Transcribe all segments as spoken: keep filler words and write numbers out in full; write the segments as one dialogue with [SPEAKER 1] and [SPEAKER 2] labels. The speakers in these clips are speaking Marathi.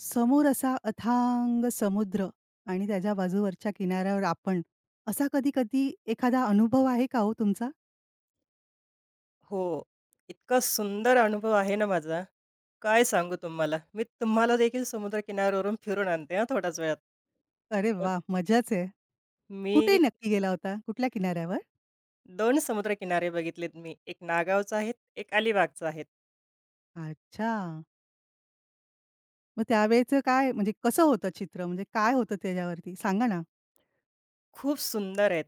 [SPEAKER 1] समोर असा अथांग समुद्र आणि त्याच्या बाजूवरच्या किनाऱ्यावर आपण, असा कधी-कधी एखादा अनुभव आहे का हो तुमचा?
[SPEAKER 2] हो. इतका सुंदर अनुभव आहे ना माझा, काय सांगू तुम्हाला. मी तुम्हाला देखील समुद्रकिनाऱ्यावरून फिरून आणते हां थोड्याच वेळात.
[SPEAKER 1] अरे
[SPEAKER 2] अ
[SPEAKER 1] वाह! मजाच आहे. कुठे
[SPEAKER 2] मी
[SPEAKER 1] नक्की गेला होता? कुठल्या किनाऱ्यावर?
[SPEAKER 2] दोन समुद्रकिनारे बघितलेत मी. एक नागावचा आहे, एक अलिबागचा आहे.
[SPEAKER 1] अच्छा. मग त्यावेळचं काय म्हणजे कसं होतं चित्र? म्हणजे काय होतं त्याच्यावरती? सांगा ना?
[SPEAKER 2] खूप सुंदर आहेत.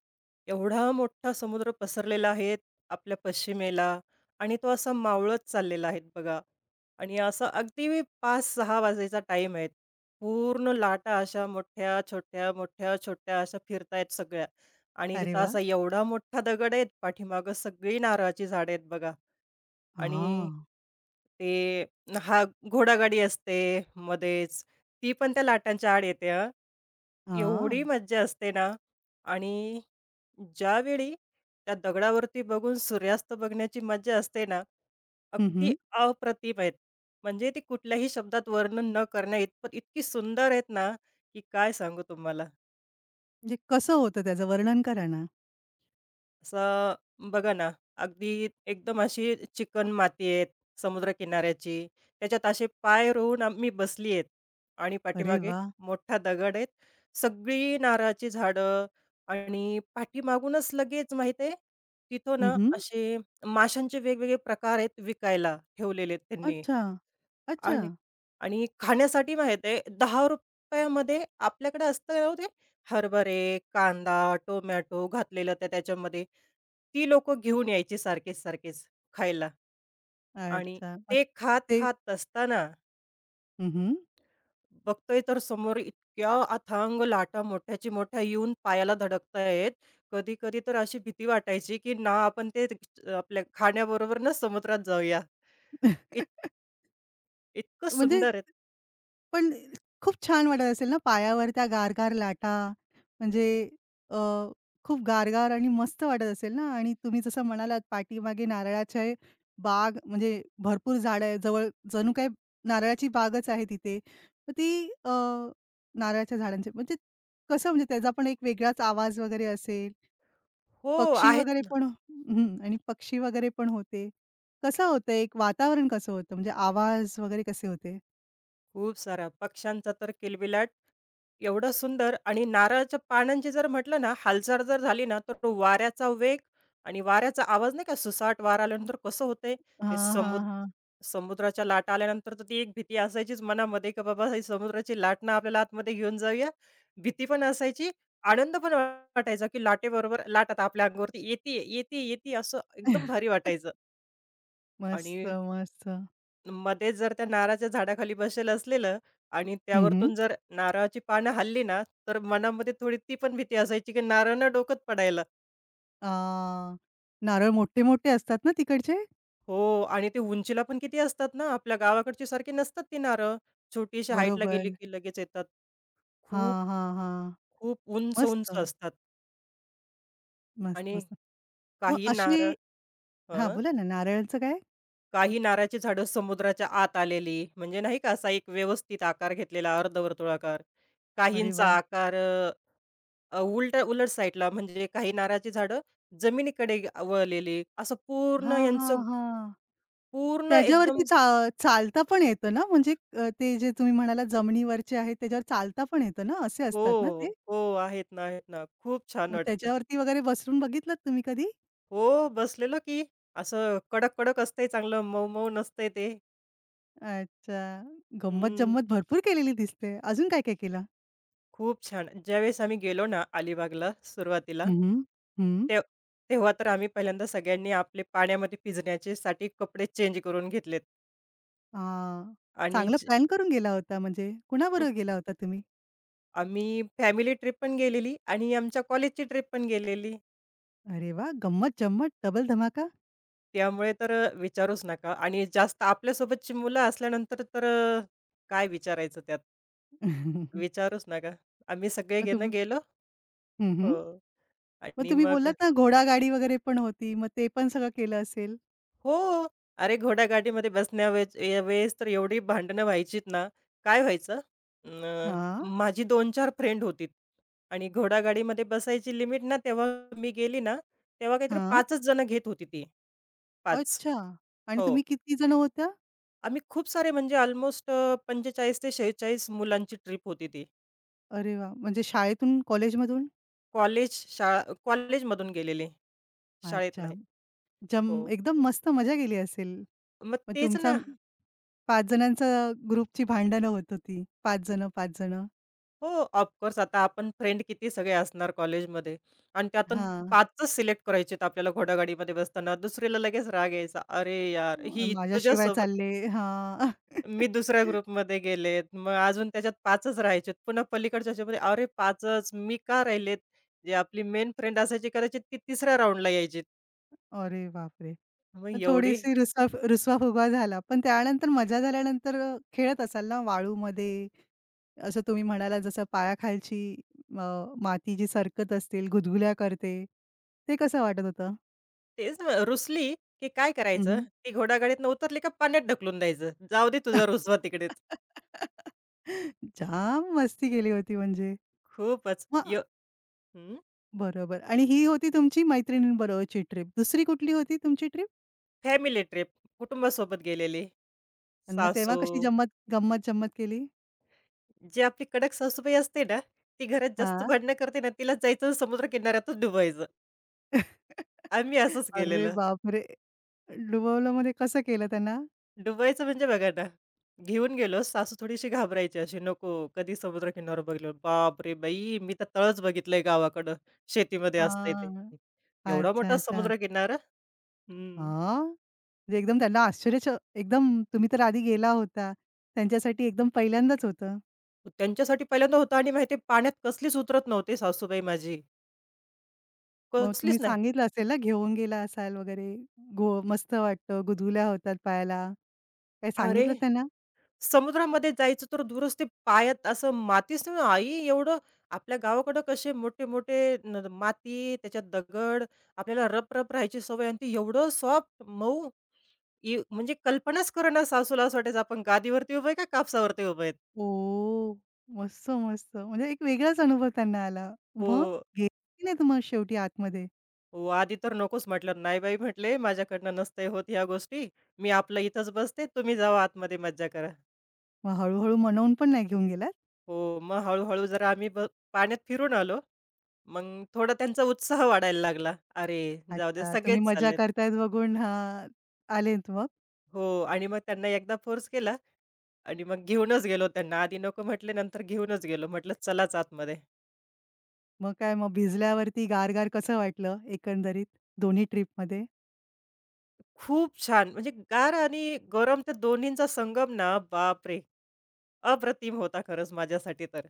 [SPEAKER 2] एवढा मोठा समुद्र पसरलेला आहे आपल्या पश्चिमेला आणि तो असा मावळत चाललेला आहे बघा आणि असं अगदी पाच सहा वाजायचा टाईम आहे. पूर्ण लाटा अशा मोठ्या, छोट्या, मोठ्या, छोट्या अशा फिरतायत सगळ्या आणि
[SPEAKER 1] अरे
[SPEAKER 2] तिथं
[SPEAKER 1] वाह!
[SPEAKER 2] असा एवढा मोठा दगड आहे, पाठीमागं सगळी नारळाची झाडं आहेत बघा. आणि
[SPEAKER 1] हां.
[SPEAKER 2] ते हा घोडागाडी असते मध्येच. ती पण त्या लाटांच्या आड येते हां.
[SPEAKER 1] हां.
[SPEAKER 2] एवढी मज्जा असते ना आणि ज्यावेळी त्या दगडावरती बघून सूर्यास्त बघण्याची मज्जा असते ना,
[SPEAKER 1] हं,
[SPEAKER 2] अगदी
[SPEAKER 1] हं.
[SPEAKER 2] अप्रतिम आहेत. म्हणजे ती कुठल्याही शब्दात वर्णन न करण्या इतपत इतकी सुंदर आहेत ना, की काय सांगू तुम्हाला.
[SPEAKER 1] म्हणजे कसं होतं त्याचं वर्णन करा ना?
[SPEAKER 2] असं बघा ना, अगदी एकदम अशी चिकण माती आहे समुद्रकिनाऱ्याची. त्याच्यात असे पाय रोवून आ मी बसली आहे आणि
[SPEAKER 1] अरे
[SPEAKER 2] पाठीमागे
[SPEAKER 1] वाह!
[SPEAKER 2] मोठा दगड आहे. सगळी नारळाची झाडं आणि पाठीमागूनच लगेच माहीत आहे, तिथं
[SPEAKER 1] हं,
[SPEAKER 2] ना
[SPEAKER 1] हं.
[SPEAKER 2] असे माशांचे वेगवेगळे प्रकार आहेत विकायला ठेवलेले आहेत त्यांनी.
[SPEAKER 1] अच्छा. अच्छा.
[SPEAKER 2] आणि आणि खाण्यासाठी माहिती आहे ₹दहा रुपये आपल्याकडे असतं ना हो ते हरभरे, कांदा, टोमॅटो घातलेलं त्या त्याच्यामध्ये. ती लोकं घेऊन यायची सारखेच, सारखेच खायला आणि
[SPEAKER 1] अच्छा. मग
[SPEAKER 2] ते खात,
[SPEAKER 1] ते
[SPEAKER 2] खात असताना
[SPEAKER 1] हं, हं.
[SPEAKER 2] बघतोय तर समोर इतक्या अथांग लाटा मोठ्याची मोठ्या येऊन पायाला धडकतायत. कधी-कधी तर अशी भीती वाटायची, की ना आपण ते आपल्या खाण्याबरोबर ना समुद्रात जाऊया. इत इतकं
[SPEAKER 1] म्हणजे
[SPEAKER 2] सुंदर आहेत.
[SPEAKER 1] पण खूप छान वाटत असेल ना पायावर त्या गारगार लाटा म्हणजे अ, खूप गारगार आणि मस्त वाटत असेल ना आणि तुम्ही जसं म्हणालात पाठीमागे नारळाचे बाग म्हणजे भरपूर झाडं आहे जवळ जणू काही नारळाची बागच आहे तिथे. मग ती अ, नारळाच्या झाडांचे म्हणजे कसं म्हणजे त्याचा पण एक वेगळाच आवाज वगैरे असेल.
[SPEAKER 2] हो,
[SPEAKER 1] पक्षी वगैरे
[SPEAKER 2] आहेत
[SPEAKER 1] पण हो, हं, आणि पक्षी वगैरे पण होते. कसं होतं एक वातावरण कसं होतं म्हणजे आवाज वगैरे कसे होते?
[SPEAKER 2] खूप सारा. पक्ष्यांचा तर किलबिलाट एवढा सुंदर आणि नारळाच्या पानांची जर म्हटलं ना, हालचाल जर झाली ना, तर तो वाऱ्याचा वेग आणि वाऱ्याचा आवाज नाही का, सुसाट वारा आल्यानंतर कसं होतंय, ते
[SPEAKER 1] हां, हां,
[SPEAKER 2] समुद्र
[SPEAKER 1] हां.
[SPEAKER 2] समुद्राच्या लाटा आल्यानंतर तर ती एक भीती असायचीच मनामध्ये, की बाबा ही समुद्राची लाट ना आपल्याला आतमध्ये घेऊन जाऊया. भीती पण असायची, आनंद पण वाटायचा, की लाटेबरोबर लाट आता आपल्या अंगावरती येतीये, येतीये, येतीये असं एकदम भारी वाटायचं
[SPEAKER 1] मस्त,
[SPEAKER 2] आणि
[SPEAKER 1] मस्त.
[SPEAKER 2] मध्येच जर त्या नारळाच्या झाडाखाली बसेल असलेलं आणि
[SPEAKER 1] हं, हं.
[SPEAKER 2] त्यावरतून जर नारळाची पानं हलली ना, तर मनामध्ये थोडी ती पण भीती असायची की नारळ ना डोक्यात पडायला.
[SPEAKER 1] अ, नारळ मोठे-मोठे असतात ना तिकडचे?
[SPEAKER 2] हो आणि ते उंचीला पण किती असतात ना, आपल्या गावाकडची सारखी नसतात ती नारळ. छोटीशी हाईटला गेली
[SPEAKER 1] बरोबर.
[SPEAKER 2] की लगेच येतात. खूप,
[SPEAKER 1] हां, हां, हां.
[SPEAKER 2] खूप
[SPEAKER 1] मस्त,
[SPEAKER 2] उंच-उंच असतात
[SPEAKER 1] मस्त,
[SPEAKER 2] आणि
[SPEAKER 1] मस्त. मग
[SPEAKER 2] काही
[SPEAKER 1] अशी
[SPEAKER 2] नारळ
[SPEAKER 1] हां,
[SPEAKER 2] हं,
[SPEAKER 1] बोला ना नारळाचं काय?
[SPEAKER 2] काही नारळाची झाडं समुद्राच्या आत आलेली म्हणजे नाही का असा एक व्यवस्थित आकार घेतलेला अर्धवर्तुळाकार.
[SPEAKER 1] अरे
[SPEAKER 2] काहींचा
[SPEAKER 1] वाह!
[SPEAKER 2] आकार अ, उलट उलट साईडला म्हणजे काही नारळाची झाडं जमिनीकडे गे- वळलेली. असं पूर्ण
[SPEAKER 1] हां, हां,
[SPEAKER 2] यांचं
[SPEAKER 1] हां.
[SPEAKER 2] पूर्ण
[SPEAKER 1] त्याच्यावरती
[SPEAKER 2] एकदम
[SPEAKER 1] चा चालता पण येतं ना? म्हणजे अ, ते जे तुम्ही म्हणालात जमिनीवरचे आहेत त्याच्यावर चालता पण येतं ना? असे
[SPEAKER 2] हो,
[SPEAKER 1] असतात ना ते?
[SPEAKER 2] हो. आहेत ना, आहेत ना. खूप छान
[SPEAKER 1] मग
[SPEAKER 2] वाटतं.
[SPEAKER 1] त्याच्यावरती वगैरे बसून बघितलत तुम्ही कधी?
[SPEAKER 2] हो, बसलेलो की असं कडक-कडक असतंय चांगलं मऊ-मऊ नसतंय ते.
[SPEAKER 1] अच्छा.
[SPEAKER 2] हं,
[SPEAKER 1] गंमत-जंमत भरपूर केलेली दिसते. अजून काय-काय केलं?
[SPEAKER 2] खूप छान. ज्यावेळेस आम्ही गेलो ना अलिबागला सुरुवातीला,
[SPEAKER 1] हं, हं. हं.
[SPEAKER 2] तेव्हा तेव्हा तर आम्ही पहिल्यांदा सगळ्यांनी आपले पाण्यामध्ये भिजण्याचे साठी कपडे चेंज करून घेतलेत
[SPEAKER 1] हां.
[SPEAKER 2] आणि
[SPEAKER 1] चांगला
[SPEAKER 2] जे
[SPEAKER 1] प्लॅन करून गेला होता म्हणजे
[SPEAKER 2] हो,
[SPEAKER 1] कुणाबरोबर गेला होता तुम्ही?
[SPEAKER 2] आम्ही फॅमिली ट्रिप पण गेलेली आणि आमच्या कॉलेजची ट्रिप पण गेलेली.
[SPEAKER 1] अरे वाह! गंमत-जंमत डबल धमाका.
[SPEAKER 2] त्यामुळे तर अ, विचारूच नका आणि जास्त आपल्यासोबतची मुलं असल्यानंतर तर अ, काय विचारायचं त्यात, विचारूच नका. आम्ही सगळे
[SPEAKER 1] मग
[SPEAKER 2] गे ना
[SPEAKER 1] तुम्ही
[SPEAKER 2] गेलो
[SPEAKER 1] हं, हं.
[SPEAKER 2] हो.
[SPEAKER 1] मग
[SPEAKER 2] आणि
[SPEAKER 1] तुम्ही
[SPEAKER 2] मग
[SPEAKER 1] बोललात ना घोडागाडी वगैरे पण होती. मग ते पण सगळं केलं असेल?
[SPEAKER 2] हो. अरे घोडागाडीमध्ये बसण्यावेळेस वेळेस तर एवढी भांडणं व्हायचीत ना, काय व्हायचं अ,
[SPEAKER 1] हां,
[SPEAKER 2] माझी दोन चार फ्रेंड होती आणि घोडागाडीमध्ये बसायची लिमिट ना, तेव्हा मी गेली ना, तेव्हा काहीतरी
[SPEAKER 1] हां.
[SPEAKER 2] पाचच जण घेत होती ती. पाच
[SPEAKER 1] अच्छा. आणि
[SPEAKER 2] हो.
[SPEAKER 1] तुम्ही किती जण होत्या?
[SPEAKER 2] आम्ही खूप सारे म्हणजे अल्मोस्ट अ, पंचेचाळीस ते शेहेचाळीस मुलांची ट्रिप होती ती.
[SPEAKER 1] अरे वाह! म्हणजे शाळेतून, कॉलेजमधून?
[SPEAKER 2] कॉलेज शाळा कॉलेजमधून गेलेली, शाळेत
[SPEAKER 1] अच्छा.
[SPEAKER 2] नाही.
[SPEAKER 1] जम
[SPEAKER 2] हो.
[SPEAKER 1] एकदम मस्त मजा केली असेल.
[SPEAKER 2] मग
[SPEAKER 1] मग
[SPEAKER 2] तेच
[SPEAKER 1] तुमचा
[SPEAKER 2] ना
[SPEAKER 1] पाच जणांचा ग्रुपची भांडणं होत होती. पाच जण, पाच जण.
[SPEAKER 2] हो, ऑफकोर्स आता आपण फ्रेंड किती सगळे असणार कॉलेजमध्ये आणि त्यातून
[SPEAKER 1] हां.
[SPEAKER 2] पाचच सिलेक्ट करायचेत आपल्याला घोडागाडीमध्ये बसताना. दुसरीला लगेच राग यायचा. "अरे यार,
[SPEAKER 1] अ,
[SPEAKER 2] ही
[SPEAKER 1] माझ्याशिवाय
[SPEAKER 2] तुझ्यासोबत
[SPEAKER 1] चालले हां.
[SPEAKER 2] मी दुसऱ्या ग्रुपमध्ये गेलेत." मग अजून त्याच्यात पाचच राहायचेत. पुन्हा पलीकडच्या ह्याच्यामध्ये "अरे पाचच मी का राहिलेत?" जे आपली मेन फ्रेंड असायची कदाचित ती तिसऱ्या राउंडला यायची.
[SPEAKER 1] अरे बापरे!
[SPEAKER 2] मग
[SPEAKER 1] मग
[SPEAKER 2] एवढी
[SPEAKER 1] थोडीशी रुसवाफ रुसवा-फुगवा झाला. पण त्यानंतर मजा झाल्यानंतर अ, खेळत असाल ना वाळूमध्ये? असं तुम्ही म्हणालात जसं पायाखालची अ, माती जी सरकत असतील, गुदगुल्या करते. ते कसं वाटत होतं?
[SPEAKER 2] तेच ना रुसली, की काय
[SPEAKER 1] हं,
[SPEAKER 2] करायचं?
[SPEAKER 1] हं.
[SPEAKER 2] ती घोडागाडीतनं उतरली का पाण्यात ढकलून द्यायचं. जाऊ दे तुझा रुसवा तिकडेच.
[SPEAKER 1] जाम मस्ती केली होती म्हणजे.
[SPEAKER 2] खूपच
[SPEAKER 1] मग
[SPEAKER 2] यो हं,
[SPEAKER 1] बरोबर आणि ही होती तुमची मैत्रिणींबरोबरची ट्रिप. दुसरी कुठली होती तुमची ट्रिप?
[SPEAKER 2] फॅमिली ट्रिप कुटुंबासोबत गेलेली.
[SPEAKER 1] आणि मग तेव्हा
[SPEAKER 2] सासू,
[SPEAKER 1] कशी जम्मत गंमत-जम्मत केली?
[SPEAKER 2] जी आपली कडक सासूबाई असते ना, ती घरात जास्त
[SPEAKER 1] हां.
[SPEAKER 2] भांडणं करते ना, तिला जायचं समुद्रकिनाऱ्यातच डुबायचं. आम्ही असंच
[SPEAKER 1] अरे
[SPEAKER 2] केलेलं.
[SPEAKER 1] बापरे! डुबवलं म्हणजे कसं केलं त्यांना?
[SPEAKER 2] डुबायचं म्हणजे बघा ना, घेऊन गेलो. सासू थोडीशी घाबरायची अशी, "नको, कधी समुद्रकिनारा बघलो." बापरे बाई! मी तर तळच बघितलंय गावाकडं, शेतीमध्ये असतंय ते.
[SPEAKER 1] हां.
[SPEAKER 2] एवढा
[SPEAKER 1] अच्छा,
[SPEAKER 2] मोठा
[SPEAKER 1] अच्छा.
[SPEAKER 2] समुद्रकिनारा हं.
[SPEAKER 1] हां? म्हणजे एकदम त्यांना आश्चर्यच एकदम तुम्ही तर आधी गेला होता. त्यांच्यासाठी एकदम पहिल्यांदाच होतं.
[SPEAKER 2] त्यांच्यासाठी पहिल्यांदा होता आणि माहिती आहे पाण्यात कसलीच उतरत नव्हती सासूबाई माझी,
[SPEAKER 1] मग तुम्ही
[SPEAKER 2] कसलीच नाही.
[SPEAKER 1] सांगितलं असेल ना, घेऊन गेला असाल वगैरे. गो मस्त वाटतं, गुदगुल्या होतात पायाला. काही
[SPEAKER 2] अरे
[SPEAKER 1] सांगितलं त्यांना?
[SPEAKER 2] समुद्रामध्ये जायचं तर दूरच ते पायात असं मातीच ना आई एवढं आपल्या गावाकडं कसे मोठे-मोठे न माती, त्याच्यात दगड, आपल्याला रप-रप राहायची सवय आणि ते एवढं सॉफ्ट, मऊ ई म्हणजे कल्पनाच करेना सासूला असं वाटायचं आपण गादीवरती उभं आहे का कापसावरती उभे आहेत?
[SPEAKER 1] ओह! मस्त, मस्त. म्हणजे एक वेगळाच अनुभव त्यांना आला. मग
[SPEAKER 2] हो,
[SPEAKER 1] गेलात की नाहीत मग शेवटी आतमध्ये?
[SPEAKER 2] हो. आधी तर नकोच म्हटलं, "नाही बाई," म्हटले, "माझ्याकडनं नसतंय होत ह्या गोष्टी. मी आपलं इथंच बसते, तुम्ही जावा आतमध्ये मज्जा करा."
[SPEAKER 1] मग हळू म्हणवून पण नाही घेऊन गेलात?
[SPEAKER 2] हो. मग हळू-हळू जरा आम्ही ब पाण्यात फिरून आलो. मग थोडा त्यांचा उत्साह वाढायला लागला. अरे, जाऊ दे
[SPEAKER 1] अच्छा, तुम्ही
[SPEAKER 2] सगळेच
[SPEAKER 1] मजा
[SPEAKER 2] चाललेत.
[SPEAKER 1] करतायत बघून हां, आलेत मग?
[SPEAKER 2] हो आणि मग त्यांना एकदा फोर्स केला आणि मग घेऊनच गेलो त्यांना. आधी नको म्हटले, नंतर घेऊनच गेलो. म्हटलं चलाच आतमध्ये.
[SPEAKER 1] मग काय मग भिजल्यावरती गार-गार कसं वाटलं एकंदरीत दोन्ही ट्रिपमध्ये?
[SPEAKER 2] खूप छान म्हणजे गार आणि गरम त्या दोन्हींचा संगम ना, बापरे! अप्रतिम होता खरंच माझ्यासाठी तर.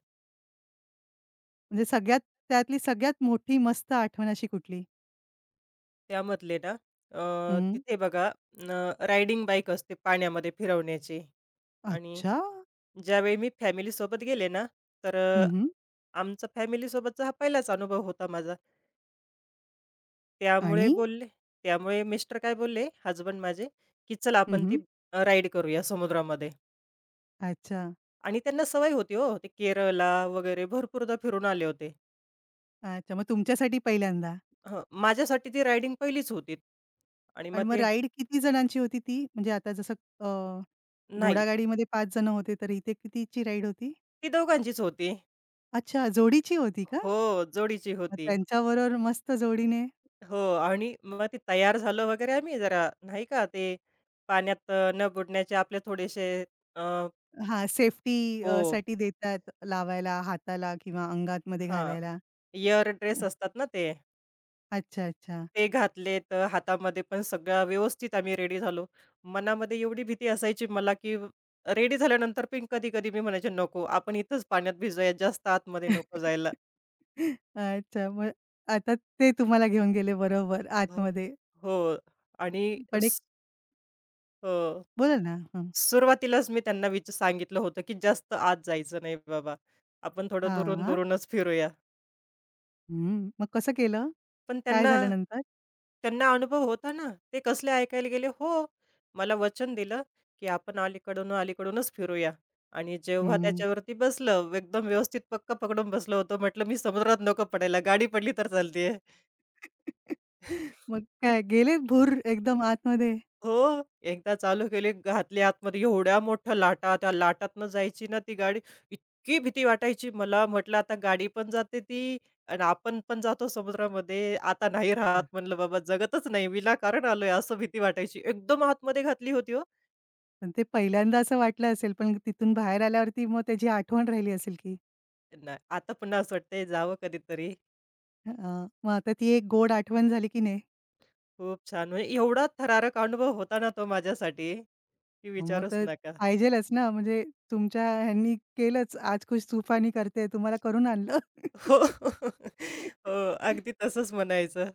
[SPEAKER 1] म्हणजे सगळ्यात त्यातली सगळ्यात मोठी मस्त आठवण अशी कुठली?
[SPEAKER 2] त्यामधले ना अ,
[SPEAKER 1] हं.
[SPEAKER 2] तिथे बघा रायडिंग बाईक असते पाण्यामध्ये फिरवण्याची आणि
[SPEAKER 1] अच्छा.
[SPEAKER 2] ज्यावेळी मी फॅमिलीसोबत गेले ना, तर अ,
[SPEAKER 1] हं,
[SPEAKER 2] आमचा फॅमिलीसोबतचा हा पहिलाच अनुभव होता माझा. त्यामुळे
[SPEAKER 1] आणि?
[SPEAKER 2] बोलले त्यामुळे मिस्टर काय बोलले, हसबंड माझे, की "चला आपण
[SPEAKER 1] हं,
[SPEAKER 2] ती अ, राईड करूया समुद्रामध्ये."
[SPEAKER 1] अच्छा.
[SPEAKER 2] आणि त्यांना सवय होती हो. ते केरळला वगैरे भरपूरदा फिरून आले होते.
[SPEAKER 1] अच्छा. मग तुमच्यासाठी पहिल्यांदा.
[SPEAKER 2] हं, माझ्यासाठी ती रायडिंग पहिलीच होती. आणि मग
[SPEAKER 1] आणि मग
[SPEAKER 2] ते
[SPEAKER 1] राईड किती जणांची होती ती? म्हणजे आता जसं अ,
[SPEAKER 2] नाही,
[SPEAKER 1] घोडागाडीमध्ये पाच जण होते, तर इथे कितीची राईड होती?
[SPEAKER 2] ती दोघांचीच होती.
[SPEAKER 1] अच्छा, जोडीची होती का?
[SPEAKER 2] हो, जोडीची
[SPEAKER 1] मग
[SPEAKER 2] होती.
[SPEAKER 1] त्यांच्याबरोबर मस्त जोडीने
[SPEAKER 2] हो आणि मग ते तयार झालं वगैरे आम्ही जरा नाही का ते पाण्यात अ, न बुडण्याचे आपले थोडेसे अ,
[SPEAKER 1] हां, सेफ्टी
[SPEAKER 2] हो
[SPEAKER 1] अ, साठी देतात लावायला हाताला किंवा अंगातमध्ये
[SPEAKER 2] हां
[SPEAKER 1] घालायला.
[SPEAKER 2] इयर ड्रेस
[SPEAKER 1] हो.
[SPEAKER 2] असतात ना ते
[SPEAKER 1] अच्छा, अच्छा.
[SPEAKER 2] ते घातले तर हातामध्ये पण सगळं व्यवस्थित आम्ही रेडी झालो मनामध्ये एवढी भीती असायची मला की रेडी झाल्यानंतर पण कधी कधी मी म्हणायचे नको आपण इथंच पाण्यात भिजूया जास्त आतमध्ये नको जायला
[SPEAKER 1] अच्छा. मग आता ते तुम्हाला घेऊन गेले बरोबर
[SPEAKER 2] हो
[SPEAKER 1] आतमध्ये.
[SPEAKER 2] हो आणि
[SPEAKER 1] पण एक
[SPEAKER 2] स- हो
[SPEAKER 1] बोला ना? हं.
[SPEAKER 2] सुरुवातीलाच मी त्यांना विच सांगितलं होतं, की जास्त आत जायचं नाही बाबा. आपण थोडं
[SPEAKER 1] हां.
[SPEAKER 2] दुरून-दुरूनच फिरूया.
[SPEAKER 1] हं. मग कसं केलं?
[SPEAKER 2] पण
[SPEAKER 1] काय
[SPEAKER 2] त्यांना
[SPEAKER 1] झालं नंतर?
[SPEAKER 2] त्यांना अनुभव होता ना. ते कसले ऐकायला गेले, "हो, मला वचन दिलं, की आपण अलीकडून-अलीकडूनच फिरूया." आणि जेव्हा
[SPEAKER 1] हं.
[SPEAKER 2] त्याच्यावरती बसलं, एकदम व्यवस्थित पक्क पकडून बसलो होतो. म्हटलं, "मी समुद्रात नको पडायला. गाडी पडली तर चालते."
[SPEAKER 1] मग काय गेले भूर एकदम आतमध्ये?
[SPEAKER 2] हो, एकदा चालू केली, घातली आतमध्ये एवढ्या मोठ्या लाटा, त्या लाटातनं जायची ना ती गाडी, इतकी भीती वाटायची मला. म्हटलं आता गाडी पण जाते ती आणि आपण पण जातो समुद्रामध्ये. आता नाही राहत म्हणलं बाबा जगतच नाही, विनाकारण आलोय असं भीती वाटायची. एकदम आतमध्ये घातली होती हो.
[SPEAKER 1] पण ते पहिल्यांदा असं वाटलं असेल, पण तिथून बाहेर आल्यावरती मग त्याची आठवण राहिली असेल की?
[SPEAKER 2] नाही आता पुन्हा असं वाटतंय जावं कधीतरी.
[SPEAKER 1] अ, मग आता ती एक गोड आठवण झाली की
[SPEAKER 2] खूप छान म्हणजे एवढा थरारक अनुभव होता ना तो माझ्यासाठी, की
[SPEAKER 1] हो, मग
[SPEAKER 2] विचारूच
[SPEAKER 1] तर
[SPEAKER 2] नका.
[SPEAKER 1] पाहिजेलच ना, म्हणजे तुमच्या ह्यांनी केलंच. आज कुछ तूफानी करते तुम्हाला करून आणलं.
[SPEAKER 2] हो, हो, अगदी तसंच म्हणायचं.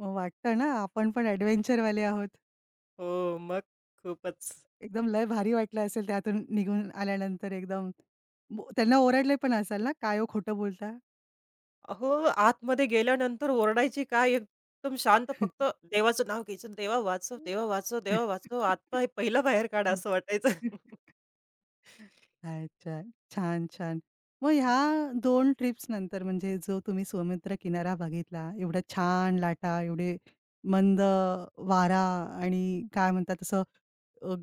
[SPEAKER 1] मग वाटतं ना, आपण पण adventure वाले आहोत.
[SPEAKER 2] हो, मग खूपच.
[SPEAKER 1] एकदम लय भारी वाटलं असेल त्यातून निघून आल्यानंतर एकदम. बो- त्यांना ओरडले पण असाल ना, "काय हो खोटं बोलता?"
[SPEAKER 2] अहो, आतमध्ये गेल्यानंतर ओरडायची काय एकदम शांत फक्त देवाचं नाव घ्यायचं, "देवा वाचव, देवा वाचव, देवा वाचव. आत्ता हे पहिलं बाहेर काढा" असं वाटायचं.
[SPEAKER 1] अच्छा. छान, छान. मग ह्या दोन ट्रिप्स नंतर म्हणजे जो तुम्ही समुद्र किनारा बघितला, एवढ्या छान लाटा, एवढे मंद वारा आणि काय म्हणतात तसं अ,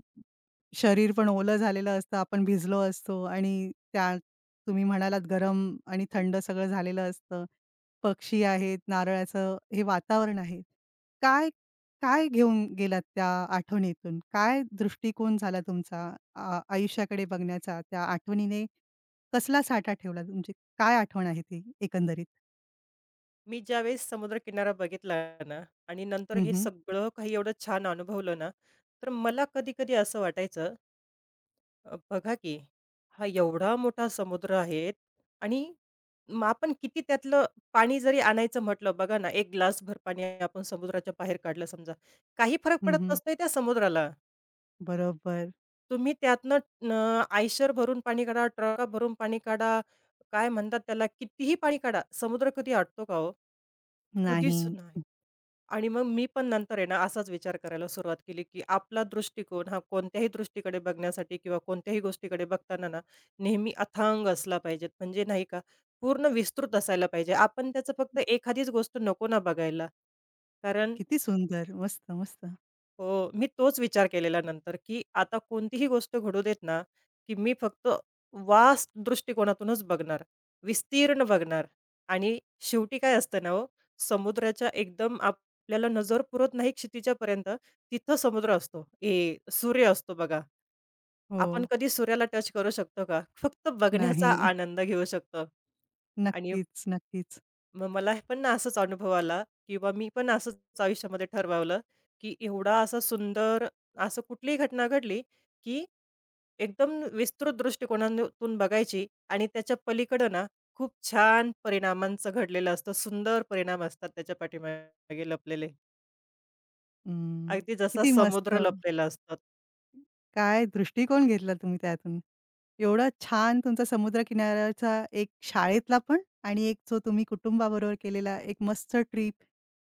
[SPEAKER 1] शरीर पण ओलं झालेलं असतं, आपण भिजलो असतो आणि त्या तुम्ही म्हणालात गरम आणि थंड सगळं झालेलं असतं. पक्षी आहेत, नारळाचं हे वातावरण आहे. काय, काय घेऊन गेलात त्या आठवणीतून? काय दृष्टिकोन झाला तुमचा आ आयुष्याकडे बघण्याचा? त्या आठवणीने कसला साठा ठेवला? तुमची काय आठवण आहे ती एकंदरीत?
[SPEAKER 2] मी ज्यावेळेस समुद्रकिनारा बघितला ना आणि नंतर
[SPEAKER 1] हं,
[SPEAKER 2] हे
[SPEAKER 1] हं.
[SPEAKER 2] सगळं काही एवढं छान अनुभवलं ना, तर मला कधी-कधी असं वाटायचं, अ, बघा की हा एवढा मोठा समुद्र आहे आणि मग आपण किती त्यातलं पाणी जरी आणायचं म्हटलं, बघा ना, एक ग्लासभर पाणी आपण समुद्राच्या बाहेर काढलं समजा, काही फरक पडत नसतोय त्या समुद्राला.
[SPEAKER 1] बरोबर.
[SPEAKER 2] तुम्ही त्यातनं न आयशर भरून पाणी काढा, ट्रका भरून पाणी काढा, काय म्हणतात त्याला, कितीही पाणी काढा, समुद्र कधी आटतो का हो? कधीच
[SPEAKER 1] नाही.
[SPEAKER 2] नाही. आणि मग मी पण नंतर आहे ना, असाच विचार करायला सुरुवात केली, की आपला दृष्टिकोन हा कोणत्याही दृष्टीकडे बघण्यासाठी किंवा कोणत्याही गोष्टीकडे बघताना ना, नेहमी अथांग असला पाहिजेत. म्हणजे नाही का, पूर्ण विस्तृत असायला पाहिजे. आपण त्याचं फक्त एखादीच गोष्ट नको ना बघायला. कारण
[SPEAKER 1] किती सुंदर. मस्त, मस्त.
[SPEAKER 2] हो, मी तोच विचार केलेला नंतर, की आता कोणतीही गोष्ट घडू देत ना, की मी फक्त वास्ट दृष्टिकोनातूनच बघणार, विस्तीर्ण बघणार आणि शेवटी काय असतं ना हो, समुद्राच्या एकदम आपल्याला नजर पुरत नाही क्षितिजापर्यंत, तिथं समुद्र असतो. ए सूर्य असतो बघा.
[SPEAKER 1] हो.
[SPEAKER 2] आपण कधी सूर्याला टच करू शकतो का? फक्त बघण्याचा
[SPEAKER 1] नाही.
[SPEAKER 2] आनंद घेऊ शकतो. आणि
[SPEAKER 1] नक्कीच, नक्कीच.
[SPEAKER 2] मग मला पण ना असाच अनुभव आला किंवा मी पण असंच आयुष्यामध्ये ठरवलं, की एवढा असा सुंदर असं कुठलीही घटना घडली, की एकदम विस्तृत दृष्टिकोनातून बघायची आणि त्याच्या पलीकडं ना खूप छान परिणामांचं घडलेलं असतं. सुंदर परिणाम असतात त्याच्या पाठीमागे लपलेले.
[SPEAKER 1] अं,
[SPEAKER 2] अगदी जसा
[SPEAKER 1] किती मस्त!
[SPEAKER 2] समुद्र लपलेला असतो.
[SPEAKER 1] काय दृष्टिकोन घेतला तुम्ही त्यातून. एवढा छान तुमचा समुद्रकिनाऱ्याचा एक शाळेतला पण आणि एक जो तुम्ही कुटुंबाबरोबर केलेला एक मस्त ट्रिप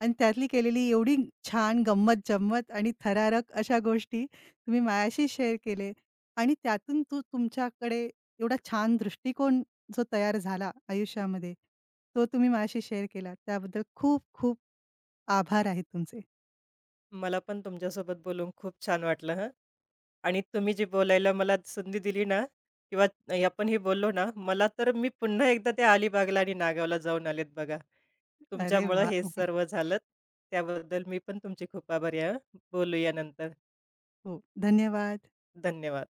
[SPEAKER 1] आणि त्यातली केलेली एवढी छान गंमत-जंमत आणि थरारक अशा गोष्टी तुम्ही माझ्याशी शेअर केले आणि त्यातून तो तुमच्याकडे एवढा छान दृष्टिकोन जो तयार झाला आयुष्यामध्ये, तो तुम्ही माझ्याशी शेअर केला. त्याबद्दल खूप खूप आभार आहेत तुमचे.
[SPEAKER 2] मला पण तुमच्यासोबत बोलून खूप छान वाटलं हं. आणि तुम्ही जी बोलायला मला संधी दिली ना किंवा आपण हे बोललो ना, मला तर मी पुन्हा एकदा त्या अलिबागला आणि नागावला जाऊन आलेत बघा.
[SPEAKER 1] अरे
[SPEAKER 2] तुमच्यामुळं
[SPEAKER 1] वाह!
[SPEAKER 2] हे सर्व झालं. त्याबद्दल मी पण तुमची खूप आभारी आहे हं. बोलूया नंतर.
[SPEAKER 1] हो, धन्यवाद.
[SPEAKER 2] धन्यवाद.